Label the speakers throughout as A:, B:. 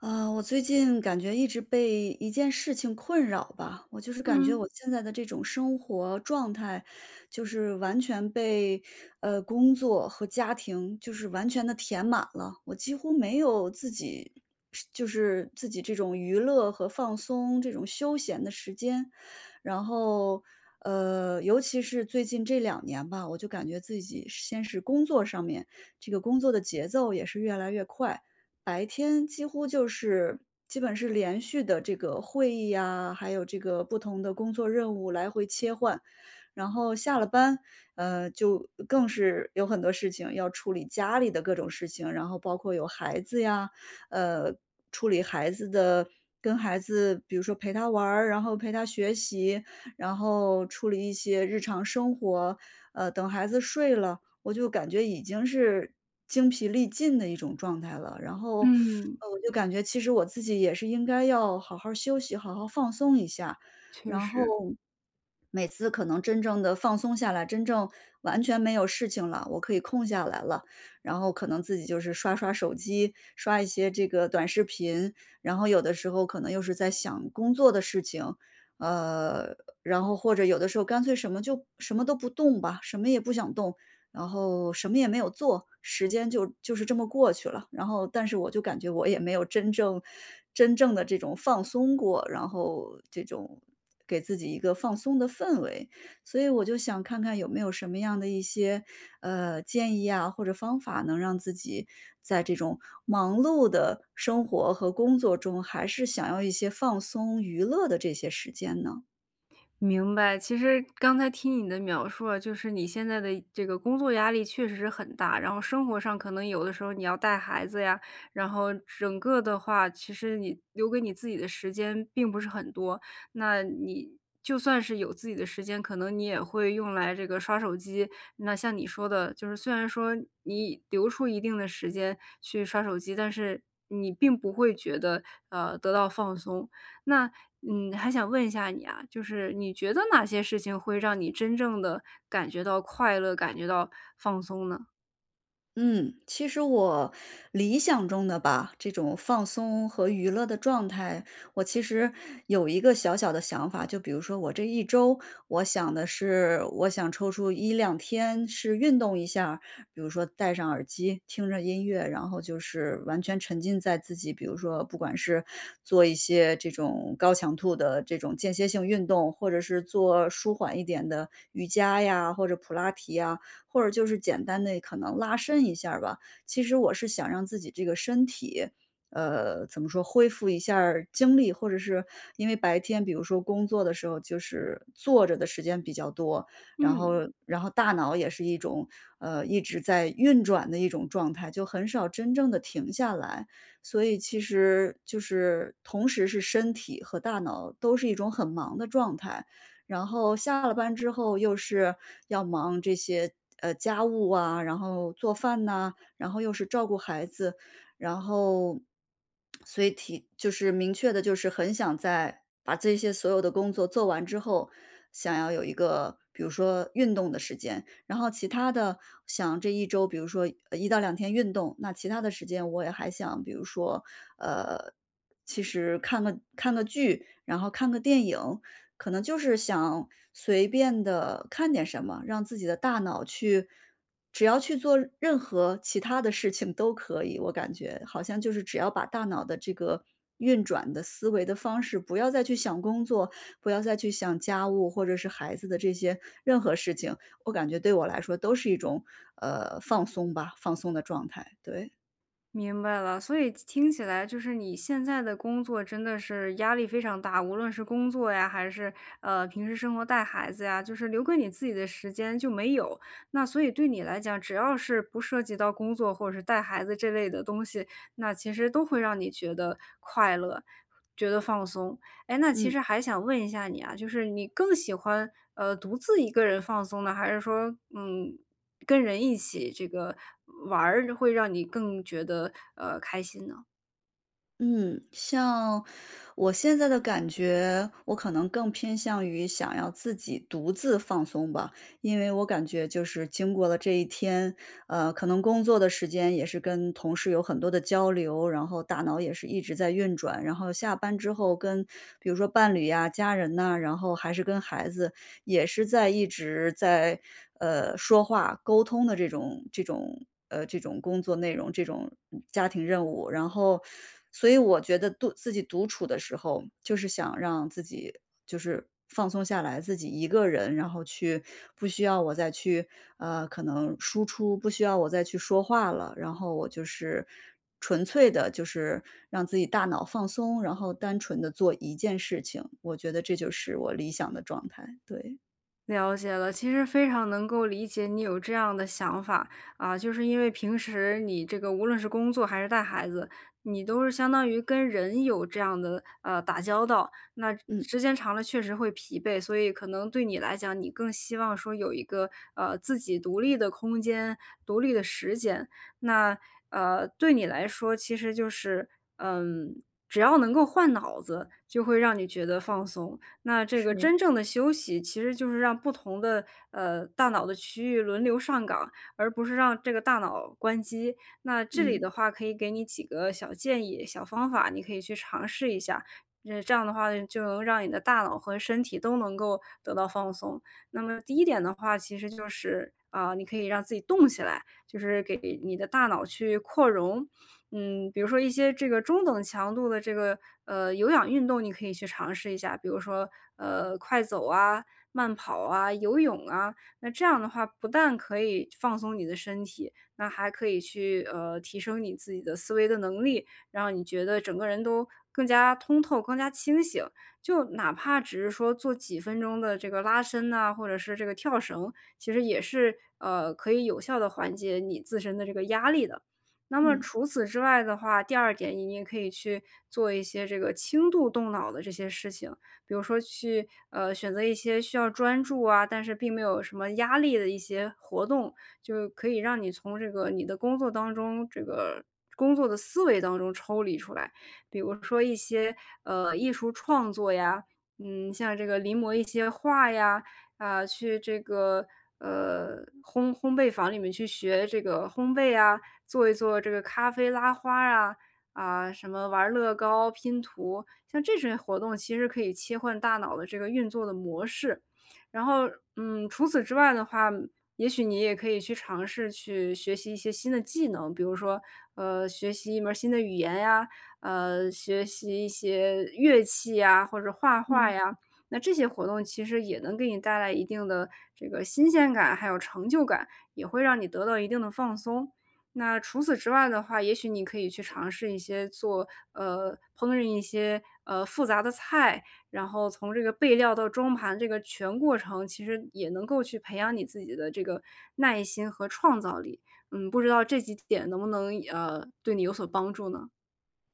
A: 啊，我最近感觉一直被一件事情困扰吧。我就是感觉
B: 嗯，
A: 我现在的这种生活状态，就是完全被工作和家庭就是完全的填满了，我几乎没有自己这种娱乐和放松这种休闲的时间。然后尤其是最近这两年吧，我就感觉自己先是工作上面，这个工作的节奏也是越来越快。白天几乎就是基本是连续的这个会议呀，还有这个不同的工作任务来回切换。然后下了班，就更是有很多事情要处理，家里的各种事情，然后包括有孩子呀。呃，处理孩子的，跟孩子，比如说陪他玩儿，然后陪他学习，然后处理一些日常生活。等孩子睡了，我就感觉已经是精疲力尽的一种状态了。然后
B: 嗯，
A: 我就感觉其实我自己也是应该要好好休息，好好放松一下。
B: 确
A: 然后
B: 实，
A: 每次可能真正的放松下来，真正完全没有事情了，我可以空下来了，然后可能自己就是刷刷手机，刷一些这个短视频。然后有的时候可能又是在想工作的事情，呃，然后或者有的时候干脆什么就什么都不动吧，什么也不想动，然后什么也没有做，时间就是这么过去了。然后，但是我就感觉我也没有真正的这种放松过，然后这种给自己一个放松的氛围。所以我就想看看有没有什么样的一些建议啊，或者方法，能让自己在这种忙碌的生活和工作中，还是想要一些放松娱乐的这些时间呢？
B: 明白。其实刚才听你的描述啊，就是你现在的这个工作压力确实是很大，然后生活上可能有的时候你要带孩子呀，然后整个的话，其实你留给你自己的时间并不是很多。那你就算是有自己的时间，可能你也会用来这个刷手机。那像你说的，就是虽然说你留出一定的时间去刷手机，但是你并不会觉得，得到放松。那，还想问一下你啊，就是你觉得哪些事情会让你真正的感觉到快乐，感觉到放松呢？
A: 嗯，其实我理想中的吧，这种放松和娱乐的状态，我其实有一个小小的想法。就比如说我这一周，我想的是，我想抽出一两天是运动一下儿，比如说戴上耳机，听着音乐，然后就是完全沉浸在自己，比如说不管是做一些这种高强度的这种间歇性运动，或者是做舒缓一点的瑜伽呀，或者普拉提呀，或者就是简单的可能拉伸一下儿吧。其实我是想让自己这个身体，怎么说，恢复一下儿精力。或者是因为白天比如说工作的时候，就是坐着的时间比较多，然后
B: 嗯。
A: 然后大脑也是一种，一直在运转的一种状态，就很少真正的停下来。所以其实就是同时是身体和大脑都是一种很忙的状态。然后下了班之后又是要忙这些，家务啊，然后做饭呐，然后又是照顾孩子。然后所以提就是明确的就是很想在把这些所有的工作做完之后，想要有一个比如说运动的时间。然后其他的，想这一周，比如说一到两天运动。那其他的时间我也还想，比如说，呃，其实看个剧，然后看个电影，可能就是想随便的看点什么，让自己的大脑去只要去做任何其他的事情都可以。我感觉好像就是只要把大脑的这个运转的思维的方式，不要再去想工作，不要再去想家务或者是孩子的这些任何事情，我感觉对我来说都是一种，放松吧，放松的状态，对，
B: 明白了，所以听起来就是你现在的工作真的是压力非常大，无论是工作呀，还是平时生活带孩子呀，就是留给你自己的时间就没有。那所以对你来讲，只要是不涉及到工作或者是带孩子这类的东西，那其实都会让你觉得快乐，觉得放松。哎，那其
A: 嗯。
B: 实还想问一下你啊，就是你更喜欢独自一个人放松呢，还是说跟人一起这个玩儿，会让你更觉得，开心呢？
A: 嗯，像我现在的感觉，我可能更偏向于想要自己独自放松吧。因为我感觉就是经过了这一天，可能工作的时间也是跟同事有很多的交流，然后大脑也是一直在运转，然后下班之后跟比如说伴侣呀、家人呐、然后还是跟孩子，也是一直在说话沟通的这种这种工作内容，这种家庭任务。然后所以我觉得独自己独处的时候，就是想让自己就是放松下来，自己一个人，然后去不需要我再去可能输出，不需要我再去说话了，然后我就是纯粹的，就是让自己大脑放松，然后单纯的做一件事情。我觉得这就是我理想的状态。对，
B: 了解了，其实非常能够理解你有这样的想法啊，就是因为平时你这个无论是工作还是带孩子，你都是相当于跟人有这样的打交道，那
A: 嗯，
B: 时间长了确实会疲惫，所以可能对你来讲，你更希望说有一个自己独立的空间、独立的时间。那对你来说，其实就是嗯，只要能够换脑子，就会让你觉得放松。那这个
A: 是，
B: 真正的休息，其实就是让不同的大脑的区域轮流上岗，而不是让这个大脑关机。那这里的
A: 嗯
B: 话，可以给你几个小建议、小方法，你可以去尝试一下。这样的话呢就能让你的大脑和身体都能够得到放松。那么第一点的话，其实就是你可以让自己动起来，就是给你的大脑去扩容，比如说一些这个中等强度的这个，有氧运动，你可以去尝试一下，比如说，快走啊、慢跑啊、游泳啊。那这样的话，不但可以放松你的身体，那还可以去提升你自己的思维的能力，让你觉得整个人都更加通透、更加清醒。就哪怕只是说做几分钟的这个拉伸呐、或者是这个跳绳，其实也是可以有效的缓解你自身的这个压力的。那么
A: 嗯
B: 除此之外的话，第二点你也可以去做一些这个轻度动脑的这些事情，比如说去选择一些需要专注啊，但是并没有什么压力的一些活动，就可以让你从这个你的工作当中这个，工作的思维当中抽离出来，比如说一些艺术创作呀，像这个临摹一些画呀，去这个烘焙坊里面去学这个烘焙啊，做一做这个咖啡拉花啊，什么玩乐高、拼图，像这些活动其实可以切换大脑的这个运作的模式。然后，除此之外的话，也许你也可以去尝试去学习一些新的技能，比如说，学习一门儿新的语言呀，学习一些乐器呀，或者画画
A: 嗯。
B: 呀。那这些活动其实也能给你带来一定的这个新鲜感，还有成就感，也会让你得到一定的放松。那除此之外的话，也许你可以去尝试一些做烹饪一些，复杂的菜，然后从这个备料到装盘这个全过程，其实也能够去培养你自己的这个耐心和创造力。不知道这几点能不能，对你有所帮助呢？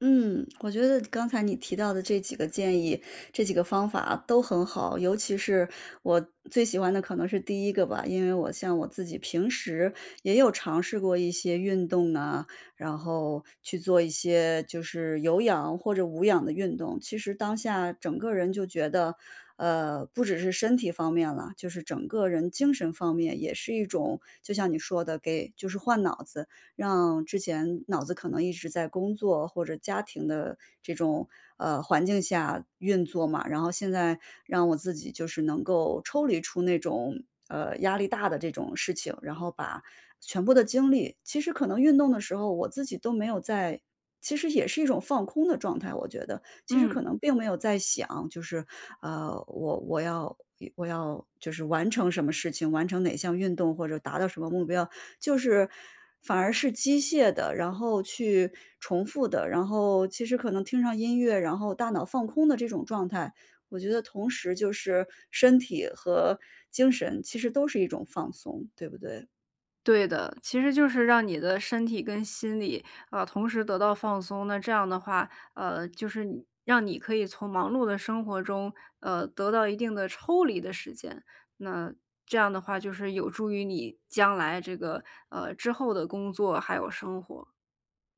A: 嗯，我觉得刚才你提到的这几个建议，这几个方法都很好。尤其是我最喜欢的可能是第一个吧。因为我像我自己平时也有尝试过一些运动啊，然后去做一些就是有氧或者无氧的运动，其实当下整个人就觉得，不只是身体方面了，就是整个人精神方面也是一种，就像你说的，给就是换脑子，让之前脑子可能一直在工作或者家庭的这种，环境下运作嘛。然后现在让我自己就是能够抽离出那种，压力大的这种事情，然后把全部的精力其实可能运动的时候我自己都没有在，其实也是一种放空的状态，我觉得。其实
B: 嗯。
A: 可能并没有在想，就是，呃，我我要我要就是完成什么事情，完成哪项运动或者达到什么目标。就是反而是机械的，然后去重复的，然后其实可能听上音乐，然后大脑放空的这种状态，我觉得同时就是身体和精神其实都是一种放松，对不对？
B: 对的，其实就是让你的身体跟心理，同时得到放松。那这样的话，就是你让你可以从忙碌的生活中，得到一定的抽离的时间。那这样的话，就是有助于你将来这个，之后的工作还有生活。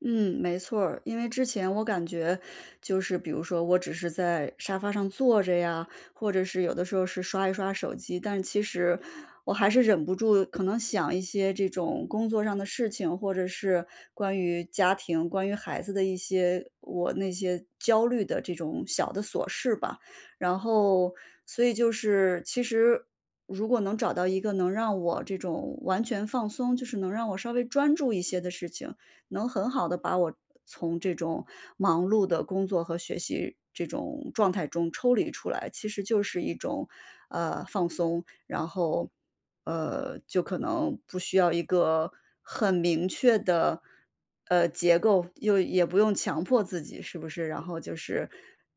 A: 嗯，没错儿。因为之前我感觉就是比如说我只是在沙发上坐着呀，或者是有的时候是刷一刷手机，但其实我还是忍不住可能想一些这种工作上的事情，或者是关于家庭、关于孩子的一些我那些焦虑的这种小的琐事吧。然后所以就是其实如果能找到一个能让我这种完全放松，就是能让我稍微专注一些的事情，能很好的把我从这种忙碌的工作和学习这种状态中抽离出来，其实就是一种，放松。然后，就可能不需要一个很明确的，结构，又也不用强迫自己，是不是？然后就是，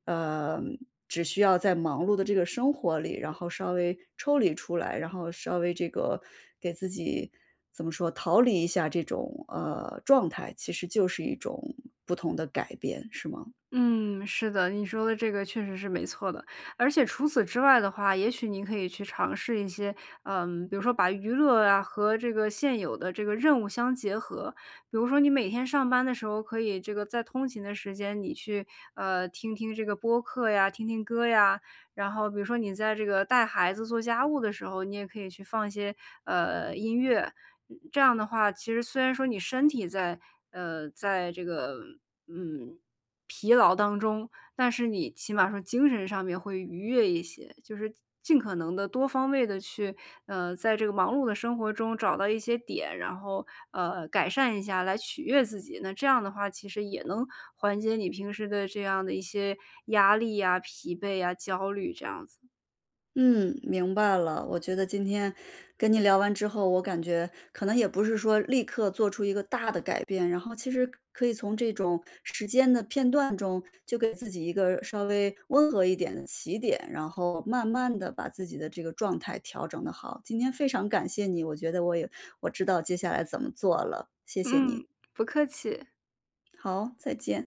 A: 呃，只需要在忙碌的这个生活里，然后稍微抽离出来，然后稍微这个给自己怎么说，逃离一下这种状态，其实就是一种不同的改变，是吗？
B: 嗯，是的，你说的这个确实是没错的。而且除此之外的话，也许你可以去尝试一些，比如说把娱乐啊和这个现有的这个任务相结合。比如说你每天上班的时候，可以这个在通勤的时间，你去听听这个播客呀，听听歌呀。然后比如说你在这个带孩子做家务的时候，你也可以去放一些音乐。这样的话，其实虽然说你身体在这个嗯。疲劳当中，但是你起码说精神上面会愉悦一些，就是尽可能的多方位的去，在这个忙碌的生活中找到一些点，然后，改善一下来取悦自己。那这样的话，其实也能缓解你平时的这样的一些压力呀、疲惫呀、焦虑这样子。
A: 嗯，明白了。我觉得今天跟你聊完之后，我感觉可能也不是说立刻做出一个大的改变，然后其实可以从这种时间的片段中，就给自己一个稍微温和一点的起点，然后慢慢的把自己的这个状态调整的好。今天非常感谢你，我觉得我也我知道接下来怎么做了，谢谢你。
B: 嗯，不客气。
A: 好，再见。